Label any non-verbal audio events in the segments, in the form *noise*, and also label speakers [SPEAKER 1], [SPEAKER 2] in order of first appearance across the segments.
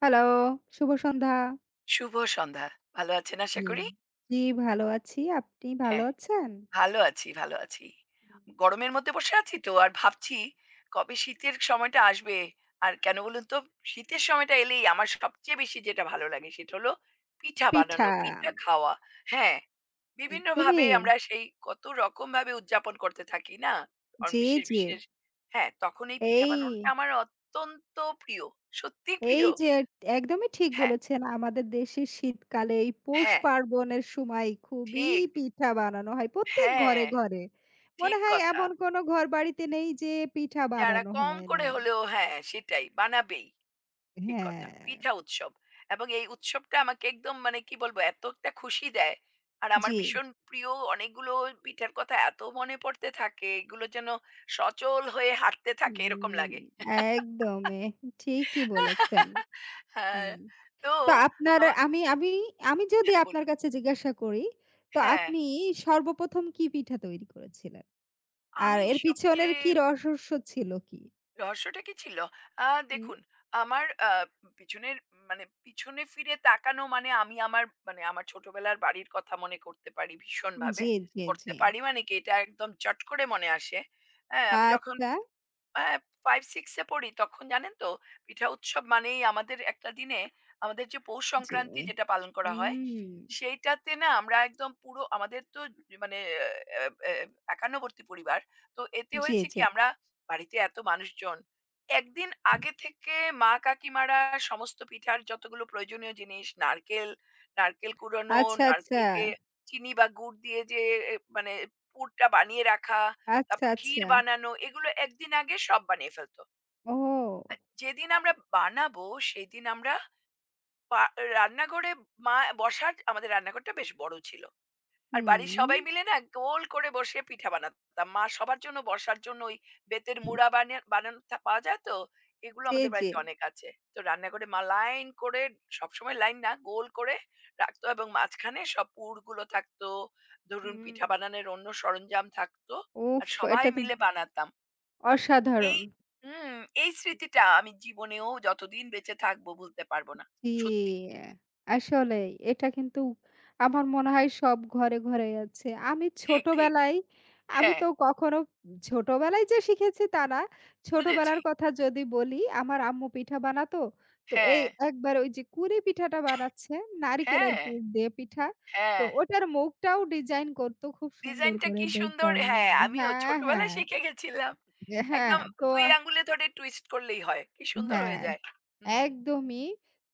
[SPEAKER 1] Hello, শুভ সন্ধ্যা।
[SPEAKER 2] শুভ সন্ধ্যা। ভালো আছেন আশা
[SPEAKER 1] জি,
[SPEAKER 2] করি?
[SPEAKER 1] জি, ভালো আছি। আপনি ভালো
[SPEAKER 2] হ্যাঁ,
[SPEAKER 1] আছেন?
[SPEAKER 2] ভালো আছি, ভালো আছি।
[SPEAKER 1] হুম।
[SPEAKER 2] গরমের মধ্যে বসে আছি তো আর ভাবছি কবে শীতের সময়টা আসবে। আর কেন বলুন তো? শীতের সময়টা এলেই আমার সবচেয়ে বেশি যেটা ভালো লাগে সেটা হলো পিঠা বানানো,
[SPEAKER 1] পিঠা,
[SPEAKER 2] পিঠা খাওয়া। হ্যাঁ, বিভিন্নভাবে
[SPEAKER 1] একদমই।
[SPEAKER 2] আমরা সেই কত রকমভাবে উদযাপন করতে থাকি না? অন
[SPEAKER 1] জি,
[SPEAKER 2] বিশেষ,
[SPEAKER 1] জি।
[SPEAKER 2] বিশেষ হ্যাঁ, তখন এই পিঠা বানানোটা
[SPEAKER 1] এই,
[SPEAKER 2] আমার অত্যন্ত প্রিয়। সত্যিই
[SPEAKER 1] এই
[SPEAKER 2] প্রিয়।
[SPEAKER 1] যে একদমই ঠিক
[SPEAKER 2] হ্যাঁ,
[SPEAKER 1] বলেছেন। আমাদের দেশে শীতকালে এই পৌষ
[SPEAKER 2] হ্যাঁ,
[SPEAKER 1] পার্বণের সময় খুবই
[SPEAKER 2] ঠিক।
[SPEAKER 1] পিঠা বানানো হয় প্রত্যেক
[SPEAKER 2] হ্যাঁ,
[SPEAKER 1] ঘরে, ঘরে। মনে
[SPEAKER 2] ঠিক
[SPEAKER 1] হয়
[SPEAKER 2] কথা।
[SPEAKER 1] এমন কোনো ঘরবাড়িতে নেই যে পিঠা
[SPEAKER 2] যারা
[SPEAKER 1] বানানো
[SPEAKER 2] কম
[SPEAKER 1] হয় না।
[SPEAKER 2] করে হলেও হ্যাঁ, সেটাই বানাবেই। ঠিক কথা।
[SPEAKER 1] হ্যাঁ,
[SPEAKER 2] পিঠা উৎসব এবং এই উৎসবটা আমাকে একদম মানে কি বলবো এত একটা খুশি দেয়। আর আমার
[SPEAKER 1] জি।
[SPEAKER 2] ভীষণ প্রিয় অনেকগুলো পিঠার কথা এত মনে পড়তে থাকে, এগুলো যেন সচল হয়ে হাঁটতে থাকে এরকম
[SPEAKER 1] হুম,
[SPEAKER 2] লাগে।
[SPEAKER 1] একদমই ঠিকই বলেছেন।
[SPEAKER 2] *laughs* হ্যাঁ,
[SPEAKER 1] হুম।
[SPEAKER 2] তো
[SPEAKER 1] তো আপনার
[SPEAKER 2] আমা
[SPEAKER 1] আমি আমি আমি যদি
[SPEAKER 2] হ্যাঁ, বলুন।
[SPEAKER 1] আপনার কাছে জিজ্ঞাসা করি, তো
[SPEAKER 2] হ্যাঁ,
[SPEAKER 1] আপনি সর্বপ্রথম কি পিঠা তৈরি করেছিলেন? আর
[SPEAKER 2] আমি
[SPEAKER 1] এর পিছনের
[SPEAKER 2] সবচেয়ে
[SPEAKER 1] কি রহস্য ছিল কি?
[SPEAKER 2] রহস্যটা কি ছিল? আ
[SPEAKER 1] হুম।
[SPEAKER 2] দেখুন, আমার পিছনের মানে পিছনে ফিরে তাকানো মানে আমি আমার মানে আমার ছোটবেলার বাড়ির কথা মনে করতে পারি ভীষণভাবে।
[SPEAKER 1] জি, জি, জি।
[SPEAKER 2] করতে পারি মানে কি এটা একদম চট করে মনে আসে। হ্যাঁ? আমি যখন
[SPEAKER 1] আচ্ছা,
[SPEAKER 2] হ্যাঁ, 5-6 এ পড়ি তখন জানেন তো পিঠা উৎসব মানেই আমাদের একটা দিনে আমাদের যে পৌষ
[SPEAKER 1] জি।
[SPEAKER 2] সংক্রান্তি যেটা পালন করা হয়
[SPEAKER 1] হুম।
[SPEAKER 2] সেইটাতে না আমরা একদম পুরো আমাদের তো মানে আহ, আহ, 51 পরিবার তো এতে
[SPEAKER 1] জি,
[SPEAKER 2] হয়েছে
[SPEAKER 1] জি।
[SPEAKER 2] কি আমরা বাড়িতে এত মানুষজন একদিন আগে থেকে মা কাকিমারা সমস্ত পিঠার যতগুলো প্রয়োজনীয় জিনিস নারকেল নারকেল কুড়ানো
[SPEAKER 1] আচ্ছা, আচ্ছা।
[SPEAKER 2] নারকেলকে চিনি বা গুড় দিয়ে যে মানে পুরটা বানিয়ে রাখা
[SPEAKER 1] আচ্ছা,
[SPEAKER 2] তারপর ক্ষীর
[SPEAKER 1] আচ্ছা।
[SPEAKER 2] বানানো এগুলো একদিন আগে সব বানিয়ে ফেলতো।
[SPEAKER 1] ও!
[SPEAKER 2] যেদিন আমরা বানাবো সেদিন আমরা পা রান্নাঘরে মা বসার আমাদের রান্নাঘরটা বেশ বড় ছিল। আর বাড়ির
[SPEAKER 1] হুম।
[SPEAKER 2] সবাই মিলে না গোল করে বসে পিঠা বানাতাম। মা সবার জন্য বসার জন্য ওই বেতের মুড়া বানানো থা পাওয়া যায় তো? এগুলো
[SPEAKER 1] জি,
[SPEAKER 2] আমাদের
[SPEAKER 1] জি।
[SPEAKER 2] বাড়িতে অনেক আছে। তো রান্নাঘরে মা লাইন করে সবসময় লাইন না গোল করে রাখতো এবং মাঝখানে সব পুরগুলো থাকতো। ধরুন
[SPEAKER 1] হুম।
[SPEAKER 2] পিঠা বানানোর অন্য সরঞ্জাম থাকতো। আর
[SPEAKER 1] উফ!
[SPEAKER 2] সবাই
[SPEAKER 1] এটা তো
[SPEAKER 2] মিলে বানাতাম। এই
[SPEAKER 1] অসাধারণ।
[SPEAKER 2] হুম, এই স্মৃতিটা আমি জীবনেও যতদিন বেঁচে থাকবো ভুলতে পারব না। সত্যি।
[SPEAKER 1] জি, আসলেই এটা কিন্তু আমার মনে হয় সব ঘরে, ঘরেই আছে। আমি
[SPEAKER 2] ঠিক, ঠিক।
[SPEAKER 1] ছোটবেলায় আমি
[SPEAKER 2] হ্যাঁ,
[SPEAKER 1] তো কখনো ছোটবেলায় যে শিখেছি তা না।
[SPEAKER 2] বুঝেছি।
[SPEAKER 1] ছোটবেলার কথা যদি বলি, আমার আম্মু পিঠা বানাতো। তো এই
[SPEAKER 2] হ্যাঁ,
[SPEAKER 1] একবার ওই যে কুলি পিঠাটা বানাচ্ছে, নারিকেলের
[SPEAKER 2] হ্যাঁ,
[SPEAKER 1] পুর দিয়ে পিঠা। তো
[SPEAKER 2] হ্যাঁ।
[SPEAKER 1] ওটার মুখটাও ডিজাইন করতো খুব সুন্দর
[SPEAKER 2] ডিজাইনটা
[SPEAKER 1] করে
[SPEAKER 2] কি সুন্দর!
[SPEAKER 1] দেখতাম।
[SPEAKER 2] হ্যাঁ, আমিও
[SPEAKER 1] হ্যাঁ,
[SPEAKER 2] ছোটবেলায়
[SPEAKER 1] হ্যাঁ,
[SPEAKER 2] শিখে গেছিলাম।
[SPEAKER 1] হ্যাঁ।
[SPEAKER 2] একদম
[SPEAKER 1] তো
[SPEAKER 2] ২ আঙুলে ধরে টুইস্ট করলেই হয়। কি সুন্দর
[SPEAKER 1] হ্যাঁ,
[SPEAKER 2] হয়ে যায়। হুম।
[SPEAKER 1] একদমই।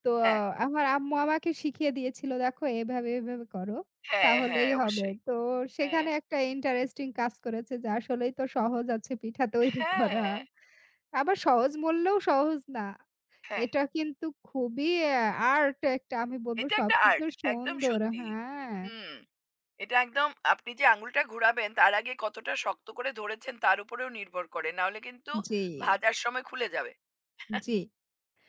[SPEAKER 1] তো
[SPEAKER 2] হ্যাঁ,
[SPEAKER 1] আমার আম্মু আমাকে শিখিয়ে দিয়েছিল, "দেখো এভাবে, এভাবে করো।
[SPEAKER 2] হ্যাঁ, হ্যাঁ,
[SPEAKER 1] তাহলেই হবে।"
[SPEAKER 2] অবশ্যই।
[SPEAKER 1] তো
[SPEAKER 2] হ্যাঁ,
[SPEAKER 1] সেখানে একটা ইন্টারেস্টিং কাজ করেছে যে আসলেই তো সহজ আছে পিঠা তৈরি করা।
[SPEAKER 2] হ্যাঁ,
[SPEAKER 1] আবার সহজ বললেও সহজ না।
[SPEAKER 2] হ্যাঁ।
[SPEAKER 1] এটা কিন্তু খুবই আ আর্ট একটা আমি বলব
[SPEAKER 2] এটা একটা
[SPEAKER 1] সবকিছু
[SPEAKER 2] আর্ট। একদম
[SPEAKER 1] সুন্দর
[SPEAKER 2] সত্যি।
[SPEAKER 1] হ্যাঁ,
[SPEAKER 2] হুম। এটা একদম আপনি যে আঙুলটা ঘুরাবেন তার আগে কতটা শক্ত করে ধরেছেন তার উপরেও নির্ভর করে। নাহলে কিন্তু
[SPEAKER 1] জি,
[SPEAKER 2] ভাজার সময় খুলে যাবে।
[SPEAKER 1] জি।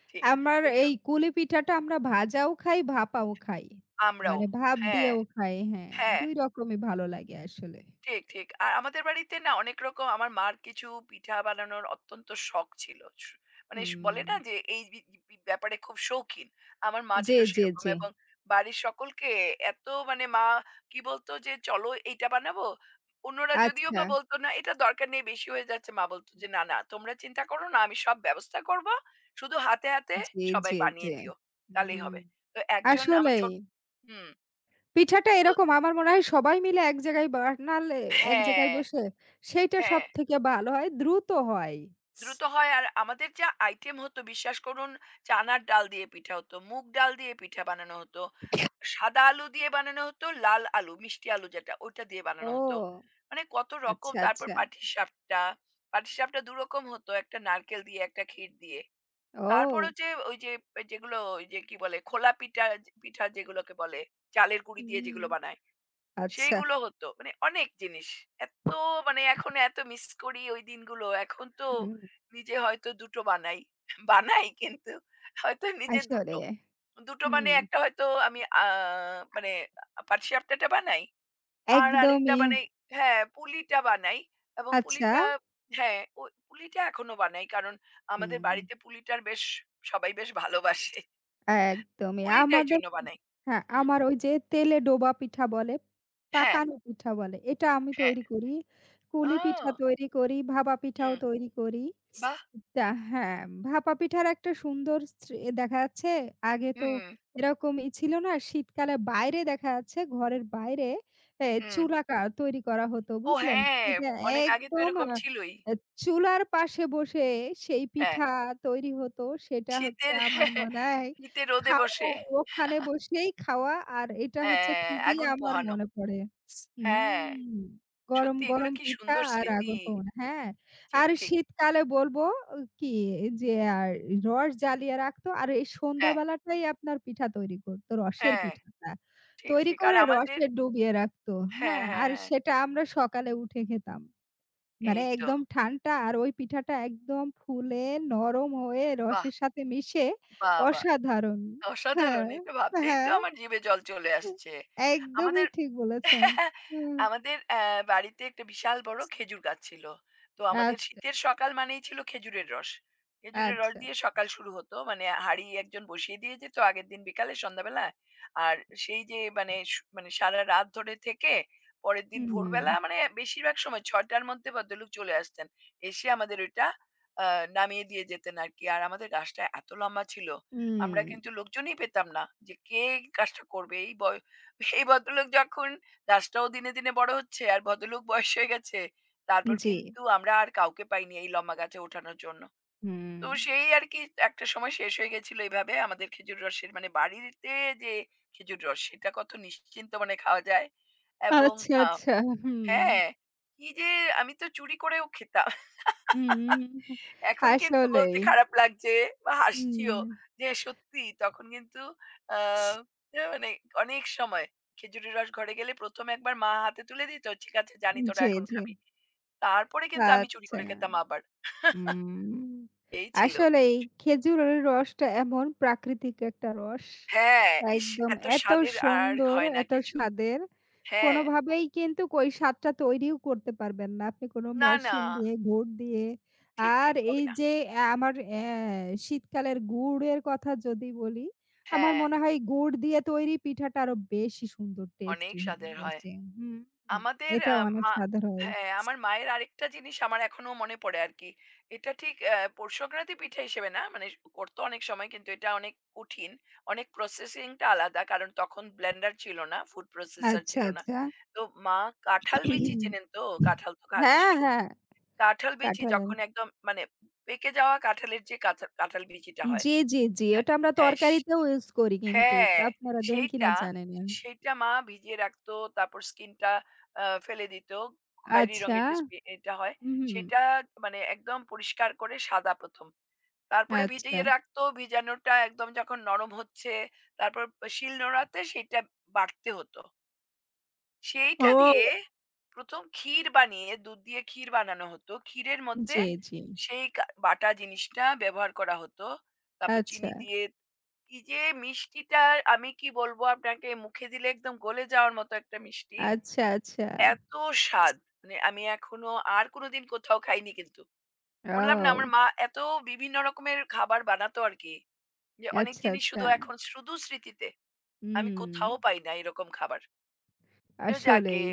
[SPEAKER 2] ঠিক।
[SPEAKER 1] আমার এই
[SPEAKER 2] এইগুলো
[SPEAKER 1] কুলি পিঠাটা আমরা ভাজাও খাই, ভাপাও খাই।
[SPEAKER 2] আমরাও।
[SPEAKER 1] মানে ভাপ
[SPEAKER 2] হ্যাঁ,
[SPEAKER 1] দিয়েও খাই, হ্যাঁ।
[SPEAKER 2] হ্যাঁ।
[SPEAKER 1] ২ রকমই ভালো লাগে আসলে।
[SPEAKER 2] ঠিক, ঠিক। আর আমাদের বাড়িতে না অনেক রকম আমার মার কিছু পিঠা বানানোর অত্যন্ত শখ ছিল। মানে স
[SPEAKER 1] হুম।
[SPEAKER 2] বলে না যে এই বি বি ব্যাপারে খুব শৌখিন। আমার মা
[SPEAKER 1] জি,
[SPEAKER 2] ছিল
[SPEAKER 1] জি,
[SPEAKER 2] সেরকম
[SPEAKER 1] জি।
[SPEAKER 2] এবং বাড়ির সকলকে এত মানে মা কি বলতো যে, "চলো এইটা বানাবো।" অন্যরা যদিও
[SPEAKER 1] আচ্ছা।
[SPEAKER 2] বা বলত না, "এটা দরকার নেই, বেশি হয়ে যাচ্ছে।" মা বলত যে, "না, না, তোমরা চিন্তা করো না, আমি সব ব্যবস্থা করব। শুধু হাতে, হাতে
[SPEAKER 1] জি,
[SPEAKER 2] সবাই
[SPEAKER 1] জি, জি।
[SPEAKER 2] বানিয়ে দিও। তাহলেই
[SPEAKER 1] হুম।
[SPEAKER 2] হবে।" তো একজন আমার
[SPEAKER 1] আসলেই।
[SPEAKER 2] ছোট হুম,
[SPEAKER 1] পিঠাটা
[SPEAKER 2] তো
[SPEAKER 1] এরকম আমার মনে হয় সবাই মিলে এক জায়গায় বানালে, এক জায়গায়
[SPEAKER 2] হ্যাঁ,
[SPEAKER 1] বসে সেইটা
[SPEAKER 2] হ্যাঁ।
[SPEAKER 1] সবথেকে ভালো হয়, দ্রুত হয়।
[SPEAKER 2] দ্রুত হয় আর আমাদের যা আইটেম হতো বিশ্বাস করুন চানার ডাল দিয়ে পিঠা হতো মুগ ডাল দিয়ে পিঠা বানানো হতো সাদা আলু দিয়ে বানানো হতো লাল আলু মিষ্টি আলু যেটা ওটা দিয়ে বানানো হতো
[SPEAKER 1] ও!
[SPEAKER 2] মানে কত রকম
[SPEAKER 1] আচ্ছা,
[SPEAKER 2] তারপর
[SPEAKER 1] আচ্ছা।
[SPEAKER 2] পাটিসাপটা পাটিসাপটা দু রকম হতো একটা নারকেল দিয়ে একটা ক্ষীর দিয়ে তারপর
[SPEAKER 1] ও!
[SPEAKER 2] হচ্ছে ওই যে যেগুলো ওই যে কি বলে খোলা পিঠা পিঠা যেগুলোকে বলে চালের গুঁড়ি দিয়ে
[SPEAKER 1] হুম।
[SPEAKER 2] যেগুলো বানায়
[SPEAKER 1] আচ্ছা।
[SPEAKER 2] সেইগুলো হতো। মানে অনেক জিনিস। এত মানে এখন এত মিস করি ওই দিনগুলো। এখন তো
[SPEAKER 1] হুম।
[SPEAKER 2] নিজে হয়তো ২ টো বানাই। *laughs* বানাই কিন্তু হয়তো নিজে ২
[SPEAKER 1] আসলে।
[SPEAKER 2] টো। ২ টো মানে
[SPEAKER 1] হুম।
[SPEAKER 2] একটা হয়তো আমি মানে পাটি সাপটাটা বানাই। আর আরেকটা
[SPEAKER 1] একদমই
[SPEAKER 2] বানাই হ্যাঁ, পুলিটা বানাই এবং
[SPEAKER 1] আচ্ছা।
[SPEAKER 2] পুলিটা হ্যাঁ, ও পুলিটা এখনো বানাই। কারণ আমাদের
[SPEAKER 1] হুম।
[SPEAKER 2] বাড়িতে পুলিটার বেশ সবাই বেশ ভালোবাসে।
[SPEAKER 1] একদমই।
[SPEAKER 2] পুলিটা
[SPEAKER 1] আমাদের
[SPEAKER 2] এইজন্য বানাই।
[SPEAKER 1] হ্যাঁ,
[SPEAKER 2] হুম।
[SPEAKER 1] আমার ওই যে তেলে ডোবা পিঠা বলে,
[SPEAKER 2] হ্যাঁ,
[SPEAKER 1] পাকানো পিঠা বলে। এটা আমি
[SPEAKER 2] হ্যাঁ।
[SPEAKER 1] তৈরি করি। কুলি পিঠা
[SPEAKER 2] ও!
[SPEAKER 1] তৈরি করি, ভাপা পিঠাও
[SPEAKER 2] হুম।
[SPEAKER 1] তৈরি করি।
[SPEAKER 2] বাহ!
[SPEAKER 1] তা হ্যাঁ, ভাপা পিঠার একটা সুন্দর স্রে এ দেখা যাচ্ছে আগে তো
[SPEAKER 2] হুম।
[SPEAKER 1] এরকমই ছিল না। শীতকালে বাইরে দেখা যাচ্ছে ঘরের বাইরে এ
[SPEAKER 2] হুম।
[SPEAKER 1] চুলা কা তৈরি করা হতো
[SPEAKER 2] ও
[SPEAKER 1] বুঝলেন?
[SPEAKER 2] হ্যাঁ,
[SPEAKER 1] শীতে
[SPEAKER 2] অনেক আগে তো
[SPEAKER 1] একদম আ
[SPEAKER 2] এরকম ছিলই।
[SPEAKER 1] এ চুলার পাশে বসে সেই
[SPEAKER 2] হ্যাঁ,
[SPEAKER 1] পিঠা তৈরি হতো। সেটা হচ্ছে
[SPEAKER 2] শীতের
[SPEAKER 1] আমার মনে হয়
[SPEAKER 2] *laughs* শীতে রোদে
[SPEAKER 1] খাওয়া
[SPEAKER 2] বসে
[SPEAKER 1] ওখানে বসেই খাওয়া আর এটা হচ্ছে
[SPEAKER 2] হ্যাঁ,
[SPEAKER 1] খুবই
[SPEAKER 2] আগুন
[SPEAKER 1] আমার
[SPEAKER 2] পোহানো।
[SPEAKER 1] মনে পড়ে।
[SPEAKER 2] হ্যাঁ,
[SPEAKER 1] হুম। গরম,
[SPEAKER 2] সত্যি এগুলো
[SPEAKER 1] গরম
[SPEAKER 2] কি
[SPEAKER 1] পিঠা
[SPEAKER 2] সুন্দর
[SPEAKER 1] আর
[SPEAKER 2] স্মৃতি।
[SPEAKER 1] আগরপাউন। হ্যাঁ,
[SPEAKER 2] ঠিক,
[SPEAKER 1] আর
[SPEAKER 2] ঠিক।
[SPEAKER 1] শীতকালে বলবো ও কি যে আর রস জ্বালিয়ে রাখতো আর এই
[SPEAKER 2] হ্যাঁ,
[SPEAKER 1] সন্ধ্যাবেলাটাই আপনার পিঠা তৈরি করত। রসের
[SPEAKER 2] হ্যাঁ,
[SPEAKER 1] পিঠাটা।
[SPEAKER 2] ঠিক,
[SPEAKER 1] তৈরি
[SPEAKER 2] ঠিক। আর
[SPEAKER 1] করে
[SPEAKER 2] আমাদের
[SPEAKER 1] রসে ডুবিয়ে রাখতো।
[SPEAKER 2] হ্যাঁ,
[SPEAKER 1] হ্যাঁ,
[SPEAKER 2] হ্যাঁ,
[SPEAKER 1] আর
[SPEAKER 2] হ্যাঁ।
[SPEAKER 1] সেটা আমরা সকালে উঠে খেতাম। মানে
[SPEAKER 2] এই তো।
[SPEAKER 1] একদম ঠান্ডা আর ওই পিঠাটা একদম ফুলে নরম হয়ে
[SPEAKER 2] বাহ!
[SPEAKER 1] রসের সাথে মিশে
[SPEAKER 2] বাহ! বাহ!
[SPEAKER 1] অসাধারণ। হ্যাঁ,
[SPEAKER 2] অসাধারণ। এটা ভাবতেই তো
[SPEAKER 1] হ্যাঁ,
[SPEAKER 2] আমার জিভে জল চলে আসছে।
[SPEAKER 1] একদমই
[SPEAKER 2] আমাদের
[SPEAKER 1] ঠিক বলেছেন।
[SPEAKER 2] *laughs*
[SPEAKER 1] হুম,
[SPEAKER 2] আমাদের বাড়িতে একটা বিশাল বড় খেজুর গাছ ছিল তো আমাদের
[SPEAKER 1] আচ্ছা,
[SPEAKER 2] শীতের সকাল মানেই ছিল খেজুরের রস খেজুরের রস
[SPEAKER 1] আচ্ছা।
[SPEAKER 2] দিয়ে সকাল শুরু হতো মানে হাঁড়ি একজন বসিয়ে দিয়ে যেত আগের দিন বিকালে সন্ধ্যাবেলা আর সেই যে মানে মানে সারা রাত ধরে থেকে পরের দিন
[SPEAKER 1] হুম,
[SPEAKER 2] ভোরবেলা মানে বেশিরভাগ সময় ছটার মধ্যে ভদ্রলোক চলে আসতেন এসে আমাদের ওইটা নামিয়ে দিয়ে যেতেন আর কি আর আমাদের গাছটা এত লম্বা ছিল
[SPEAKER 1] হুম,
[SPEAKER 2] আমরা কিন্তু লোকজনই পেতাম না যে কে গাছটা করবে এই বয় এই ভদ্রলোক যখন রাসটাও দিনে, দিনে বড় হচ্ছে আর ভদ্রলোক বয়স হয়ে গেছে। তারপর
[SPEAKER 1] জি।
[SPEAKER 2] কিন্তু আমরা আর কাউকে পাইনি এই লম্বা গাছে ওঠানোর জন্য।
[SPEAKER 1] হুম।
[SPEAKER 2] তো সেই আরকি একটা সময় শেষ হয়ে গেছিল এভাবে আমাদের খেজুর রসের মানে বাড়িতে যে খেজুর রস সেটা কত নিশ্চিন্ত মনে খাওয়া যায় এবং
[SPEAKER 1] আচ্ছা,
[SPEAKER 2] আ
[SPEAKER 1] আচ্ছা।
[SPEAKER 2] হ্যাঁ, কি যে আমি তো চুরি করেও খেতাম।
[SPEAKER 1] হুম, হুম,
[SPEAKER 2] এখন কিন্তু
[SPEAKER 1] আসলেই।
[SPEAKER 2] বলতে খারাপ লাগছে বা হাসছিও
[SPEAKER 1] হুম,
[SPEAKER 2] যে সত্যি তখন কিন্তু আ মানে অনেক সময় খেজুরের রস ঘরে গেলে ১ম একবার মা হাতে তুলে দিত, "ঠিক আছে জানি তোরা
[SPEAKER 1] জি,
[SPEAKER 2] এখন
[SPEAKER 1] জি।
[SPEAKER 2] খাবি।" তারপরে কিন্তু আমি চুরি
[SPEAKER 1] আচ্ছা।
[SPEAKER 2] করে খেতাম আবার।
[SPEAKER 1] হুম,
[SPEAKER 2] এই ছিল।
[SPEAKER 1] আসলেই খেজুরের রসটা এমন প্রাকৃতিক একটা রস।
[SPEAKER 2] হ্যাঁ, ইস!
[SPEAKER 1] একদম
[SPEAKER 2] এত
[SPEAKER 1] এত
[SPEAKER 2] স্বাদের আর
[SPEAKER 1] সুন্দর,
[SPEAKER 2] হয় না
[SPEAKER 1] এত
[SPEAKER 2] কিছু।
[SPEAKER 1] স্বাদের।
[SPEAKER 2] হ্যাঁ।
[SPEAKER 1] কোনোভাবেই কিন্তু ওই স্বাদটা তৈরিও করতে পারবেন না। আপনি কোনো
[SPEAKER 2] না, না।
[SPEAKER 1] মেশিন দিয়ে, গুড় দিয়ে।
[SPEAKER 2] ঠিক,
[SPEAKER 1] আর
[SPEAKER 2] ঠিক। হবে
[SPEAKER 1] এই
[SPEAKER 2] না।
[SPEAKER 1] যে আমার শীতকালের গুড়ের কথা যদি বলি, আমার
[SPEAKER 2] হ্যাঁ,
[SPEAKER 1] মনে হয় গুড় দিয়ে তৈরি পিঠাটা আরো বেশি সুন্দর
[SPEAKER 2] অনেক
[SPEAKER 1] টেস্টি হয়
[SPEAKER 2] স্বাদের হয়।
[SPEAKER 1] বেশি। হুম, হুম।
[SPEAKER 2] আমাদের
[SPEAKER 1] এটা অনেক
[SPEAKER 2] মা
[SPEAKER 1] স্বাদের হয়।
[SPEAKER 2] হ্যাঁ, আমার মায়ের আরেকটা জিনিস আমার এখনো মনে পড়ে আরকি। এটা ঠিক পৌষ সংক্রান্তি পিঠা হিসেবে না, মানে করতো অনেক সময় কিন্তু এটা অনেক কঠিন। অনেক প্রসেসিং টা আলাদা। কারণ তখন ব্লেন্ডার ছিল না, ফুড প্রসেসর
[SPEAKER 1] আচ্ছা,
[SPEAKER 2] ছিল না।
[SPEAKER 1] আচ্ছা।
[SPEAKER 2] তো মা কাঁঠাল বিচি চেনেন তো? কাঁঠাল তো খান
[SPEAKER 1] হ্যাঁ,
[SPEAKER 2] নিশ্চয়ই?
[SPEAKER 1] হ্যাঁ,
[SPEAKER 2] কাঁঠাল বিচি
[SPEAKER 1] কাঁঠাল আম।
[SPEAKER 2] যখন একদম মানে পেকে যাওয়া কাঁঠালের যে কাঁচা কাঁঠাল বিচিটা হয়
[SPEAKER 1] জি, জি, জি।
[SPEAKER 2] হ্যাঁ,
[SPEAKER 1] ওটা আমরা
[SPEAKER 2] হ্যাঁ।
[SPEAKER 1] তরকারিতেও ইউজ করি কিন্তু।
[SPEAKER 2] হ্যাঁ,
[SPEAKER 1] আপনারা দেন কিনা
[SPEAKER 2] সেইটা,
[SPEAKER 1] জানি না।
[SPEAKER 2] সেইটা মা ভিজিয়ে রাখতো। তারপর স্কিনটা ফেলে দিত। খয়েরি
[SPEAKER 1] আচ্ছা।
[SPEAKER 2] রঙের যে স্পি এটা হয়,
[SPEAKER 1] হুম,
[SPEAKER 2] সেটা মানে একদম পরিষ্কার করে সাদা ১ম। তারপরে
[SPEAKER 1] আচ্ছা।
[SPEAKER 2] ভিজিয়ে রাখতো। ভিজানোটা একদম যখন নরম হচ্ছে, তারপর শিল নোড়াতে সেইটা বাটতে হতো। সেইটা
[SPEAKER 1] ও!
[SPEAKER 2] দিয়ে ১ম ক্ষীর বানিয়ে, দুধ দিয়ে ক্ষীর বানানো হতো। ক্ষীরের মধ্যে
[SPEAKER 1] জি, জি।
[SPEAKER 2] সেই বাটা জিনিসটা ব্যবহার করা হতো। তারপর
[SPEAKER 1] আচ্ছা,
[SPEAKER 2] চিনি দিয়ে এই যে মিষ্টিটা আমি কি বলবো আপনাকে মুখে দিলে একদম গলে যাওয়ার মতো একটা মিষ্টি।
[SPEAKER 1] আচ্ছা, আচ্ছা।
[SPEAKER 2] এত স্বাদ! মানে আমি এখনো আর কোনোদিন কোথাও খাইনি কিন্তু। বললাম না আমার
[SPEAKER 1] ও!
[SPEAKER 2] মা এত বিভিন্ন রকমের খাবার বানাতো আরকি। যে অনেক
[SPEAKER 1] আচ্ছা,
[SPEAKER 2] জিনিস
[SPEAKER 1] আচ্ছা।
[SPEAKER 2] শুধু এখন শুধু স্মৃতিতে। আমি
[SPEAKER 1] হুম,
[SPEAKER 2] কোথাও পাই না এরকম খাবার। যে যাকগে
[SPEAKER 1] আসলেই।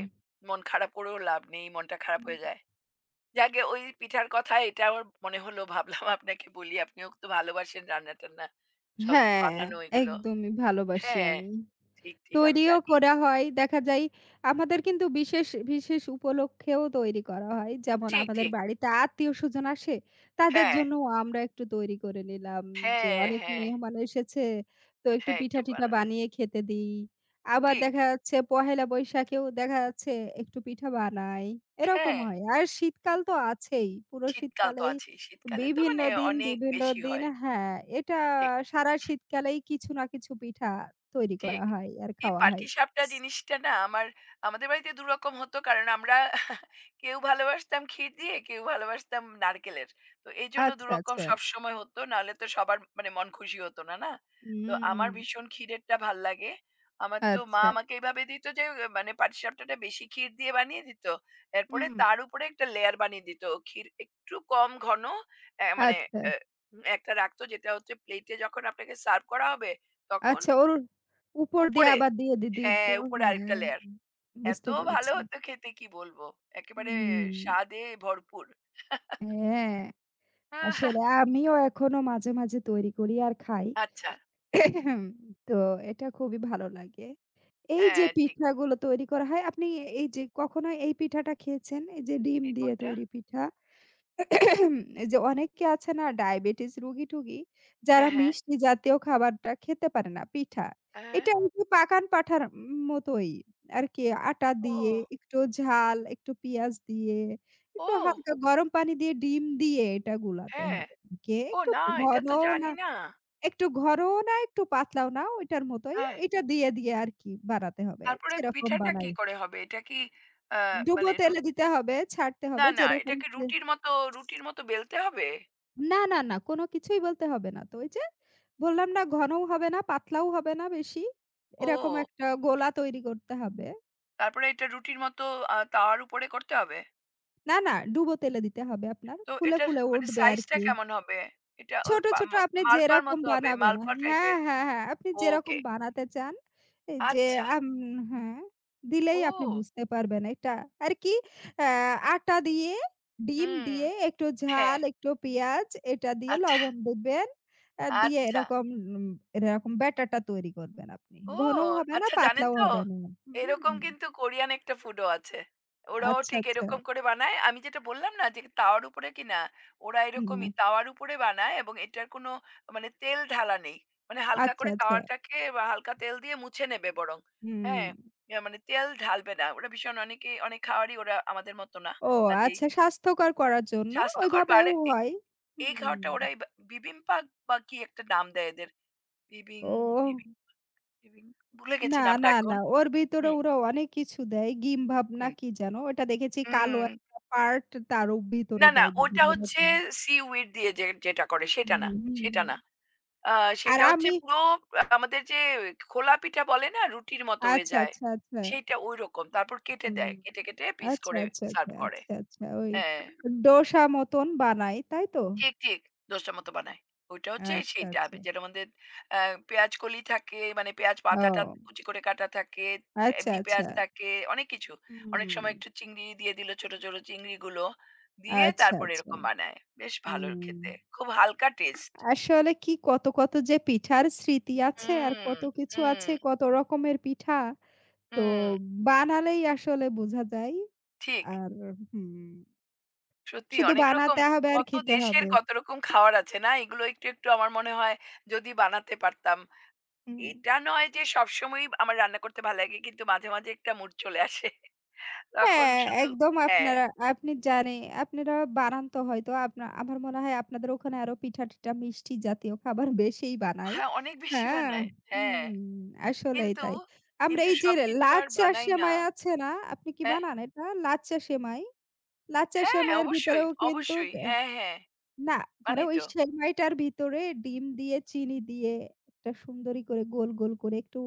[SPEAKER 2] মন খারাপ করেও লাভ নেই, মনটা খারাপ হয়ে যায়। যাকগে ওই পিঠার কথা এটা আমার মনে হলো ভাবলাম আপনাকে বলি। আপনিও তো ভালোবাসেন রান্না-টান্না সব
[SPEAKER 1] হ্যাঁ,
[SPEAKER 2] বানানো এগুলো।
[SPEAKER 1] একদমই ভালোবাসি
[SPEAKER 2] হ্যাঁ,
[SPEAKER 1] আমি।
[SPEAKER 2] ঠিক, ঠিক আমি
[SPEAKER 1] তৈরিও
[SPEAKER 2] জানি।
[SPEAKER 1] করা হয়। দেখা যায় আমাদের কিন্তু বিশেষ, বিশেষ উপলক্ষেও তৈরি করা হয়। যেমন
[SPEAKER 2] ঠিক,
[SPEAKER 1] আমাদের
[SPEAKER 2] ঠিক।
[SPEAKER 1] বাড়িতে আত্মীয়স্বজন আসে, তাদের
[SPEAKER 2] হ্যাঁ,
[SPEAKER 1] জন্যও আমরা একটু তৈরি করে নিলাম যে
[SPEAKER 2] হ্যাঁ,
[SPEAKER 1] অনেক
[SPEAKER 2] হ্যাঁ,
[SPEAKER 1] মেহমান এসেছে, তো একটু
[SPEAKER 2] হ্যাঁ, একটু
[SPEAKER 1] পিঠা-টিঠা
[SPEAKER 2] বানানো।
[SPEAKER 1] বানিয়ে খেতে দিই। আবার
[SPEAKER 2] ঠিক।
[SPEAKER 1] দেখা যাচ্ছে পহেলা বৈশাখেও দেখা যাচ্ছে একটু পিঠা বানাই। এরকম
[SPEAKER 2] হ্যাঁ,
[SPEAKER 1] হয়। আর শীতকাল তো আছেই। পুরো
[SPEAKER 2] শীতকাল তো
[SPEAKER 1] শীতকালেই
[SPEAKER 2] আছেই। শীতকালে তো
[SPEAKER 1] বিভিন্ন
[SPEAKER 2] মানে
[SPEAKER 1] দিন,
[SPEAKER 2] অনেক
[SPEAKER 1] বিভিন্ন
[SPEAKER 2] বেশি
[SPEAKER 1] দিন
[SPEAKER 2] হয়।
[SPEAKER 1] হ্যাঁ, এটা
[SPEAKER 2] ঠিক।
[SPEAKER 1] সারা শীতকালেই কিছু না কিছু পিঠা তৈরি করা
[SPEAKER 2] ঠিক।
[SPEAKER 1] হয় আর
[SPEAKER 2] এই
[SPEAKER 1] খাওয়া হয়।
[SPEAKER 2] পাটিসাপটা জিনিসটা না আমার আমাদের বাড়িতে ২ রকম হতো। কারণ আমরা *laughs* কেউ ভালোবাসতাম ক্ষীর দিয়ে, কেউ ভালোবাসতাম নারকেলের। তো এইজন্য ২
[SPEAKER 1] আচ্ছা,
[SPEAKER 2] রকম
[SPEAKER 1] আচ্ছা।
[SPEAKER 2] সবসময় হতো। নাহলে তো সবার মানে মন খুশি হতো না, না? তো
[SPEAKER 1] হুম,
[SPEAKER 2] আমার ভীষণ ক্ষীরেরটা ভাল লাগে। আমার তো মা
[SPEAKER 1] আচ্ছা।
[SPEAKER 2] আমাকে এভাবে দিত যে মানে পাটিসাপটাটা বেশি ক্ষীর দিয়ে বানিয়ে দিত। এরপরে
[SPEAKER 1] হুম।
[SPEAKER 2] তার উপরে একটা লেয়ার বানিয়ে দিত। ক্ষীর একটু কম ঘন মানে
[SPEAKER 1] আচ্ছা,
[SPEAKER 2] অ্যা একটা রাখতো যেটা হচ্ছে প্লেটে যখন আপনাকে সার্ভ করা হবে তখন
[SPEAKER 1] আচ্ছা ওর উপর দিয়ে
[SPEAKER 2] উপরে।
[SPEAKER 1] আবার দিয়ে দি দিত।
[SPEAKER 2] হ্যাঁ, উপরে আরেকটা
[SPEAKER 1] হ্যাঁ,
[SPEAKER 2] লেয়ার। এত
[SPEAKER 1] বুঝতে
[SPEAKER 2] ভালো
[SPEAKER 1] পেরেছি।
[SPEAKER 2] হতো খেতে কি বলবো। একেবারে
[SPEAKER 1] হুম,
[SPEAKER 2] স্বাদে ভরপুর। *laughs*
[SPEAKER 1] হ্যাঁ,
[SPEAKER 2] আহ,
[SPEAKER 1] আসলে আমিও এখনো মাঝে, মাঝে তৈরি করি আর খাই।
[SPEAKER 2] আচ্ছা।
[SPEAKER 1] *coughs* তো এটা খুবই ভালো লাগে। এই যে
[SPEAKER 2] হ্যাঁ, ঠিক।
[SPEAKER 1] পিঠাগুলো তৈরি করা হয়, আপনি এই যে কখনো এই পিঠাটা খেয়েছেন? এই যে ডিম
[SPEAKER 2] এ
[SPEAKER 1] দিয়ে
[SPEAKER 2] কোনটা?
[SPEAKER 1] তৈরি পিঠা। এই যে অনেকে আছে না ডায়াবেটিস রোগী-টোগী, যারা
[SPEAKER 2] হ্যাঁ, হ্যাঁ।
[SPEAKER 1] মিষ্টি জাতীয় খাবারটা খেতে পারে না, পিঠা।
[SPEAKER 2] হ্যাঁ।
[SPEAKER 1] এটা ওই যে পাকান পাঠার মতোই আরকি আটা দিয়ে,
[SPEAKER 2] ও!
[SPEAKER 1] একটু ঝাল, একটু পেঁয়াজ দিয়ে, একটু
[SPEAKER 2] ও!
[SPEAKER 1] হালকা গরম পানি দিয়ে ডিম দিয়ে এটা গুলাতে
[SPEAKER 2] হ্যাঁ।
[SPEAKER 1] হবে। কে
[SPEAKER 2] ও
[SPEAKER 1] একটু
[SPEAKER 2] না, এটা তো
[SPEAKER 1] ঘনও না
[SPEAKER 2] জানি না।
[SPEAKER 1] একটু ঘরও না, একটু পাতলাও না, ওইটার মতোই।
[SPEAKER 2] হ্যাঁ।
[SPEAKER 1] এটা দিয়ে আরকি বানাতে হবে।
[SPEAKER 2] তারপরে
[SPEAKER 1] যেরকম
[SPEAKER 2] পিঠাটা
[SPEAKER 1] বানাই।
[SPEAKER 2] কি করে হবে? এটা কি আ
[SPEAKER 1] ডুবো
[SPEAKER 2] মানে
[SPEAKER 1] তেলে দিতে হবে, ছাড়তে
[SPEAKER 2] না,
[SPEAKER 1] হবে
[SPEAKER 2] না
[SPEAKER 1] যেরকম
[SPEAKER 2] এটাকে
[SPEAKER 1] যে
[SPEAKER 2] রুটির মতো রুটির মতো বেলতে হবে?
[SPEAKER 1] না, না, না কোন কিছুই বলতে হবে না। তো ওই যে বললাম না ঘনও হবে না, পাতলাও হবে না বেশি। এরকম
[SPEAKER 2] ও!
[SPEAKER 1] একটা গোলা তৈরি করতে হবে।
[SPEAKER 2] তারপরে এটা রুটির মতো তাওয়ার উপরে করতে হবে?
[SPEAKER 1] না, না ডুবো তেলে দিতে হবে আপনার।
[SPEAKER 2] তো
[SPEAKER 1] ফুলে,
[SPEAKER 2] এটার
[SPEAKER 1] ফুলে
[SPEAKER 2] মানে
[SPEAKER 1] উঠবে
[SPEAKER 2] সাইজটা
[SPEAKER 1] আরকি।
[SPEAKER 2] কেমন হবে? এটা ওই
[SPEAKER 1] ছোট,
[SPEAKER 2] পা
[SPEAKER 1] ছোট
[SPEAKER 2] মা
[SPEAKER 1] আপনি
[SPEAKER 2] মালপার
[SPEAKER 1] যেরকম
[SPEAKER 2] মতো হবে?
[SPEAKER 1] বানাবেন
[SPEAKER 2] মালপা
[SPEAKER 1] হ্যাঁ,
[SPEAKER 2] টাইপের?
[SPEAKER 1] হ্যাঁ, হ্যাঁ, আপনি
[SPEAKER 2] ওকে।
[SPEAKER 1] যেরকম বানাতে চান এই যে
[SPEAKER 2] আচ্ছা।
[SPEAKER 1] আম হ্যাঁ, দিলেই আপনি
[SPEAKER 2] ও!
[SPEAKER 1] বুঝতে পারবেন এটা। আর কি আ আটা দিয়ে, ডিম
[SPEAKER 2] হুম।
[SPEAKER 1] দিয়ে, একটু
[SPEAKER 2] হ্যাঁ।
[SPEAKER 1] ঝাল, একটু পেঁয়াজ এটা দিয়ে
[SPEAKER 2] আচ্ছা,
[SPEAKER 1] লবণ দিবেন। আ দিয়ে
[SPEAKER 2] আচ্ছা।
[SPEAKER 1] এরকম উম এরকম ব্যাটারটা তৈরি করবেন আপনি।
[SPEAKER 2] ও!
[SPEAKER 1] ঘনও হবে না,
[SPEAKER 2] আচ্ছা জানেন
[SPEAKER 1] পাতলাও
[SPEAKER 2] তো?
[SPEAKER 1] হবে না। হুম।
[SPEAKER 2] এরকম কিন্তু কোরিয়ান একটা ফুডও আছে। ওরাও
[SPEAKER 1] আচ্ছা,
[SPEAKER 2] ঠিক
[SPEAKER 1] আচ্ছা।
[SPEAKER 2] এরকম করে বানায়। আমি যেটা বললাম না যে তাওয়ার উপরে কিনা, ওরা
[SPEAKER 1] হুম।
[SPEAKER 2] এরকমই তাওয়ার উপরে বানায় এবং এটার কোনো মানে তেল ঢালা নেই। মানে হালকা
[SPEAKER 1] আচ্ছা,
[SPEAKER 2] করে
[SPEAKER 1] আচ্ছা।
[SPEAKER 2] তাওয়াটাকে বা হালকা তেল দিয়ে মুছে নেবে বরং।
[SPEAKER 1] হুম।
[SPEAKER 2] হ্যাঁ? মানে তেল ঢালবে না। ওরা ভীষণ অনেকেই অনেক খাওয়ারই ওরা আমাদের মতো না।
[SPEAKER 1] ও
[SPEAKER 2] কাজেই
[SPEAKER 1] আচ্ছা স্বাস্থ্যকর করার জন্য
[SPEAKER 2] স্বাস্থ্যকর
[SPEAKER 1] ওইভাবেও
[SPEAKER 2] বাড়ে
[SPEAKER 1] হয়।
[SPEAKER 2] এই
[SPEAKER 1] হুম।
[SPEAKER 2] খাওয়ারটা ওরাই বা বিবিম্পাক বা কি একটা নাম দেয় এদের। বিবিং
[SPEAKER 1] ও
[SPEAKER 2] বিবিং বিবিং ভুলে গেছি
[SPEAKER 1] না,
[SPEAKER 2] নামটা
[SPEAKER 1] না,
[SPEAKER 2] এখন।
[SPEAKER 1] না ওর ভিতরে
[SPEAKER 2] হুম,
[SPEAKER 1] ওরা অনেক কিছু দেয়। গিম ভাব না
[SPEAKER 2] হুম।
[SPEAKER 1] কি যেন? ওটা দেখেছি কালো
[SPEAKER 2] হুম।
[SPEAKER 1] একটা পার্ট তারও ভিতরে
[SPEAKER 2] না, না
[SPEAKER 1] দেয়
[SPEAKER 2] ওটা
[SPEAKER 1] বিভিন্ন
[SPEAKER 2] হচ্ছে
[SPEAKER 1] রকম।
[SPEAKER 2] সিউইড দিয়ে যে যেটা করে
[SPEAKER 1] হুম,
[SPEAKER 2] সেটা না,
[SPEAKER 1] হুম,
[SPEAKER 2] সেটা
[SPEAKER 1] হুম।
[SPEAKER 2] না। আ
[SPEAKER 1] আর
[SPEAKER 2] সেটা হচ্ছে
[SPEAKER 1] আমি
[SPEAKER 2] পুরো আমাদের যে খোলা পিঠা বলে না রুটির মতো হয়ে
[SPEAKER 1] আচ্ছা,
[SPEAKER 2] যায়।
[SPEAKER 1] আচ্ছা, আচ্ছা।
[SPEAKER 2] সেইটা ঐরকম। তারপর কেটে
[SPEAKER 1] হুম।
[SPEAKER 2] দেয়। কেটে, কেটে পিস
[SPEAKER 1] আচ্ছা,
[SPEAKER 2] করে
[SPEAKER 1] আচ্ছা,
[SPEAKER 2] সার্ভ
[SPEAKER 1] আচ্ছা,
[SPEAKER 2] করে।
[SPEAKER 1] আচ্ছা, আচ্ছা। ওই
[SPEAKER 2] হ্যাঁ।
[SPEAKER 1] ডোসা মতন বানায়, তাই তো?
[SPEAKER 2] ঠিক, ঠিক। ১০ টার মতো বানায়। ওইটা হচ্ছে
[SPEAKER 1] আচ্ছা,
[SPEAKER 2] সেইটা
[SPEAKER 1] আচ্ছা।
[SPEAKER 2] যেটা আমাদের অ্যা পেঁয়াজ কলি থাকে, মানে পেঁয়াজ পাতাটা
[SPEAKER 1] ও
[SPEAKER 2] কুচি করে কাটা থাকে,
[SPEAKER 1] আচ্ছা,
[SPEAKER 2] এমনি পেঁয়াজ
[SPEAKER 1] আচ্ছা।
[SPEAKER 2] থাকে, অনেক কিছু। অনেক
[SPEAKER 1] হুম।
[SPEAKER 2] সময় একটু চিংড়ি দিয়ে দিল ছোট, ছোট চিংড়িগুলো। দিয়ে
[SPEAKER 1] আচ্ছা,
[SPEAKER 2] তারপরে
[SPEAKER 1] আচ্ছা।
[SPEAKER 2] এরকম বানায়। বেশ ভালো
[SPEAKER 1] হুম।
[SPEAKER 2] খেতে। খুব হালকা টেস্ট।
[SPEAKER 1] আসলে কি কত, কত যে পিঠার স্মৃতি আছে আর
[SPEAKER 2] হুম,
[SPEAKER 1] কত কিছু আছে,
[SPEAKER 2] হুম,
[SPEAKER 1] কত রকমের পিঠা। তো
[SPEAKER 2] হুম।
[SPEAKER 1] বানালেই আসলে বোঝা যায়।
[SPEAKER 2] ঠিক।
[SPEAKER 1] আর হুম,
[SPEAKER 2] সত্যি
[SPEAKER 1] শুধু
[SPEAKER 2] অনেক রকম
[SPEAKER 1] বানাতে হবে আর
[SPEAKER 2] কত
[SPEAKER 1] খেতে
[SPEAKER 2] দেশের
[SPEAKER 1] হবে।
[SPEAKER 2] কত রকম খাওয়ার আছে না? এগুলো একটু, একটু আমার মনে হয় যদি বানাতে পারতাম
[SPEAKER 1] হুম।
[SPEAKER 2] এটা নয় যে সবসময়ই আমার রান্না করতে ভালো লাগে কিন্তু মাঝে, মাঝে একটা মুড চলে আসে। তখন
[SPEAKER 1] হ্যাঁ,
[SPEAKER 2] শুধু
[SPEAKER 1] একদম
[SPEAKER 2] হ্যাঁ,
[SPEAKER 1] আপনারা আপনি জানে আপনারা বানান তো হয়তো আপনা আমার মনে হয় আপনাদের ওখানে আরো পিঠা-টিঠা মিষ্টি জাতীয় খাবার বেশিই বানায়।
[SPEAKER 2] হ্যাঁ, অনেক বেশি
[SPEAKER 1] হ্যাঁ,
[SPEAKER 2] বানাই। হ্যাঁ,
[SPEAKER 1] হুম, আসলেই
[SPEAKER 2] কিন্তু,
[SPEAKER 1] তাই। আমরা
[SPEAKER 2] কিন্তু
[SPEAKER 1] এই যে
[SPEAKER 2] সবকিছু আর
[SPEAKER 1] লাচ্চা
[SPEAKER 2] বানাই না।
[SPEAKER 1] সেমাই আছে না, আপনি কি
[SPEAKER 2] হ্যাঁ?
[SPEAKER 1] বানান এটা? লাচ্চা সেমাই? লাচ্ছা
[SPEAKER 2] হ্যাঁ,
[SPEAKER 1] সেমাইয়ের
[SPEAKER 2] অবশ্যই,
[SPEAKER 1] ভিতরেও কিন্তু
[SPEAKER 2] অবশ্যই।
[SPEAKER 1] গে
[SPEAKER 2] হ্যাঁ, হ্যাঁ,
[SPEAKER 1] না মানে
[SPEAKER 2] বানাই
[SPEAKER 1] ওই
[SPEAKER 2] তো।
[SPEAKER 1] সেমাইটার ভিতরে ডিম দিয়ে চিনি দিয়ে একটা সুন্দরী করে গোল, গোল করে একটু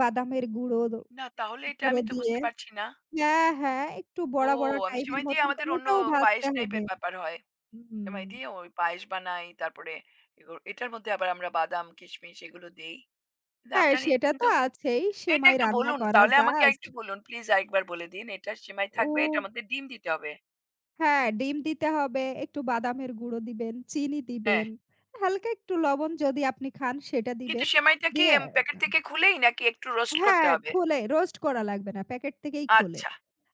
[SPEAKER 1] বাদামের
[SPEAKER 2] না তাহলে এটা
[SPEAKER 1] গুঁড়ো
[SPEAKER 2] আমি তো
[SPEAKER 1] দিয়ে
[SPEAKER 2] বুঝতে পারছি না।
[SPEAKER 1] হ্যাঁ, হ্যাঁ, একটু
[SPEAKER 2] ও
[SPEAKER 1] বড়া, বড়া
[SPEAKER 2] আমি
[SPEAKER 1] টাইপের
[SPEAKER 2] সেমাই দিয়ে
[SPEAKER 1] মতন
[SPEAKER 2] আমাদের
[SPEAKER 1] করে
[SPEAKER 2] অন্য
[SPEAKER 1] ওটাও ভাজতে
[SPEAKER 2] পায়েস
[SPEAKER 1] হবে।
[SPEAKER 2] টাইপের ব্যাপার হয়।
[SPEAKER 1] হুম।
[SPEAKER 2] সেমাই দিয়ে ওই পায়েস বানাই তারপরে এগুলো এটার মধ্যে আবার আমরা বাদাম, কিশমিশ এগুলো দেই। কিন্তু
[SPEAKER 1] হ্যাঁ,
[SPEAKER 2] আপনার এটা
[SPEAKER 1] সেটা তো
[SPEAKER 2] কিন্তু
[SPEAKER 1] আছেই।
[SPEAKER 2] এটা
[SPEAKER 1] সেমাই
[SPEAKER 2] একটু
[SPEAKER 1] রান্না
[SPEAKER 2] বলুন।
[SPEAKER 1] করা
[SPEAKER 2] তাহলে আমাকে
[SPEAKER 1] জাস্ট
[SPEAKER 2] আরেকটু বলুন। প্লিজ আরেকবার বলে দিন। এটা সেমাই থাকবে, এটার
[SPEAKER 1] ও
[SPEAKER 2] মধ্যে ডিম দিতে হবে।
[SPEAKER 1] হ্যাঁ, ডিম দিতে হবে, একটু বাদামের গুঁড়ো দিবেন, চিনি
[SPEAKER 2] হ্যাঁ।
[SPEAKER 1] দিবেন, হালকা একটু লবণ যদি আপনি খান সেটা
[SPEAKER 2] কিন্তু
[SPEAKER 1] দিবেন।
[SPEAKER 2] সেমাইটা কি
[SPEAKER 1] দিয়ে
[SPEAKER 2] এম প্যাকেট থেকে খুলেই নাকি একটু রোস্ট করতে
[SPEAKER 1] হ্যাঁ,
[SPEAKER 2] হবে?
[SPEAKER 1] খোলে রোস্ট করা লাগবে না। প্যাকেট থেকেই খোলে।
[SPEAKER 2] আচ্ছা।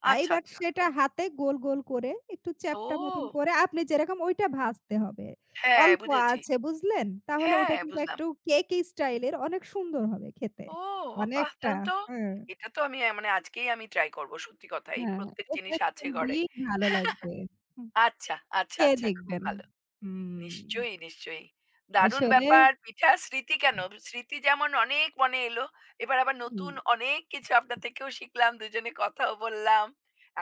[SPEAKER 2] আচ্ছা,
[SPEAKER 1] এইবার
[SPEAKER 2] আচ্ছা।
[SPEAKER 1] সেটা
[SPEAKER 2] খুব
[SPEAKER 1] হাতে গোল, গোল করে একটু চ্যাপ্টা মতন
[SPEAKER 2] ও!
[SPEAKER 1] করে আপনি যেরকম ওইটা ভাজতে হবে।
[SPEAKER 2] হ্যাঁ,
[SPEAKER 1] অল্প
[SPEAKER 2] বুঝেছি।
[SPEAKER 1] আছে বুঝলেন? তাহলে
[SPEAKER 2] হ্যাঁ,
[SPEAKER 1] ওটা কিন্তু
[SPEAKER 2] বুঝলাম।
[SPEAKER 1] একটু কেকি স্টাইলের অনেক সুন্দর হবে খেতে।
[SPEAKER 2] ও বাহ!
[SPEAKER 1] অনেকটা
[SPEAKER 2] দারুণ তো।
[SPEAKER 1] হ্যাঁ,
[SPEAKER 2] এটা তো আমি মানে আজকেই আমি ট্রাই করব। সত্যি কথা। এই
[SPEAKER 1] হ্যাঁ,
[SPEAKER 2] প্রত্যেক
[SPEAKER 1] এটা
[SPEAKER 2] জিনিস আছে
[SPEAKER 1] খুবই
[SPEAKER 2] ঘরে।
[SPEAKER 1] ভালো লাগবে। হুম,
[SPEAKER 2] আচ্ছা, আচ্ছা,
[SPEAKER 1] খেয়ে
[SPEAKER 2] আচ্ছা। খুব
[SPEAKER 1] দেখবেন।
[SPEAKER 2] ভালো।
[SPEAKER 1] হুম,
[SPEAKER 2] নিশ্চয়ই, নিশ্চয়ই। দারুণ
[SPEAKER 1] আসলে
[SPEAKER 2] ব্যাপার। পিঠা স্মৃতি কেন? স্মৃতি যেমন অনেক মনে এলো। এবার আবার
[SPEAKER 1] হুম,
[SPEAKER 2] নতুন অনেক কিছু আপনার থেকেও শিখলাম। দুজনে কথাও বললাম।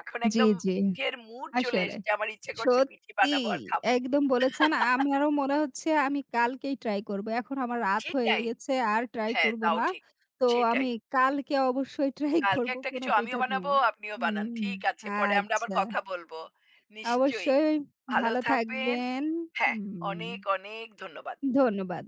[SPEAKER 2] এখন
[SPEAKER 1] জি,
[SPEAKER 2] একদম
[SPEAKER 1] জি।
[SPEAKER 2] পিঠের মুড চলে
[SPEAKER 1] আসলে।
[SPEAKER 2] এসছে। আমার ইচ্ছে করছে পিঠে
[SPEAKER 1] সত্যি
[SPEAKER 2] বানাবো আর খাবো।
[SPEAKER 1] একদম বলেছেন। আমারও মনে হচ্ছে আমি কালকেই ট্রাই করব। এখন আমার রাত হয়ে
[SPEAKER 2] সেটাই।
[SPEAKER 1] গেছে আর ট্রাই
[SPEAKER 2] হ্যাঁ,
[SPEAKER 1] করব
[SPEAKER 2] তাও
[SPEAKER 1] না।
[SPEAKER 2] ঠিক।
[SPEAKER 1] তো আমি
[SPEAKER 2] সেটাই।
[SPEAKER 1] কালকে অবশ্যই ট্রাই *laughs*
[SPEAKER 2] কালকে
[SPEAKER 1] করব
[SPEAKER 2] একটা
[SPEAKER 1] কোনো
[SPEAKER 2] কিছু
[SPEAKER 1] পিঠা
[SPEAKER 2] আমিও
[SPEAKER 1] দিয়ে।
[SPEAKER 2] বানাবো, আপনিও বানান।
[SPEAKER 1] হুম,
[SPEAKER 2] ঠিক আছে। পরে আমরা আবার
[SPEAKER 1] আচ্ছা।
[SPEAKER 2] কথা বলবো। নিশ্চয়ই।
[SPEAKER 1] অবশ্যই
[SPEAKER 2] ভালো
[SPEAKER 1] ভালো
[SPEAKER 2] থাকবেন।
[SPEAKER 1] থাকবেন।
[SPEAKER 2] হ্যাঁ,
[SPEAKER 1] হুম,
[SPEAKER 2] অনেক, অনেক ধন্যবাদ।
[SPEAKER 1] ধন্যবাদ।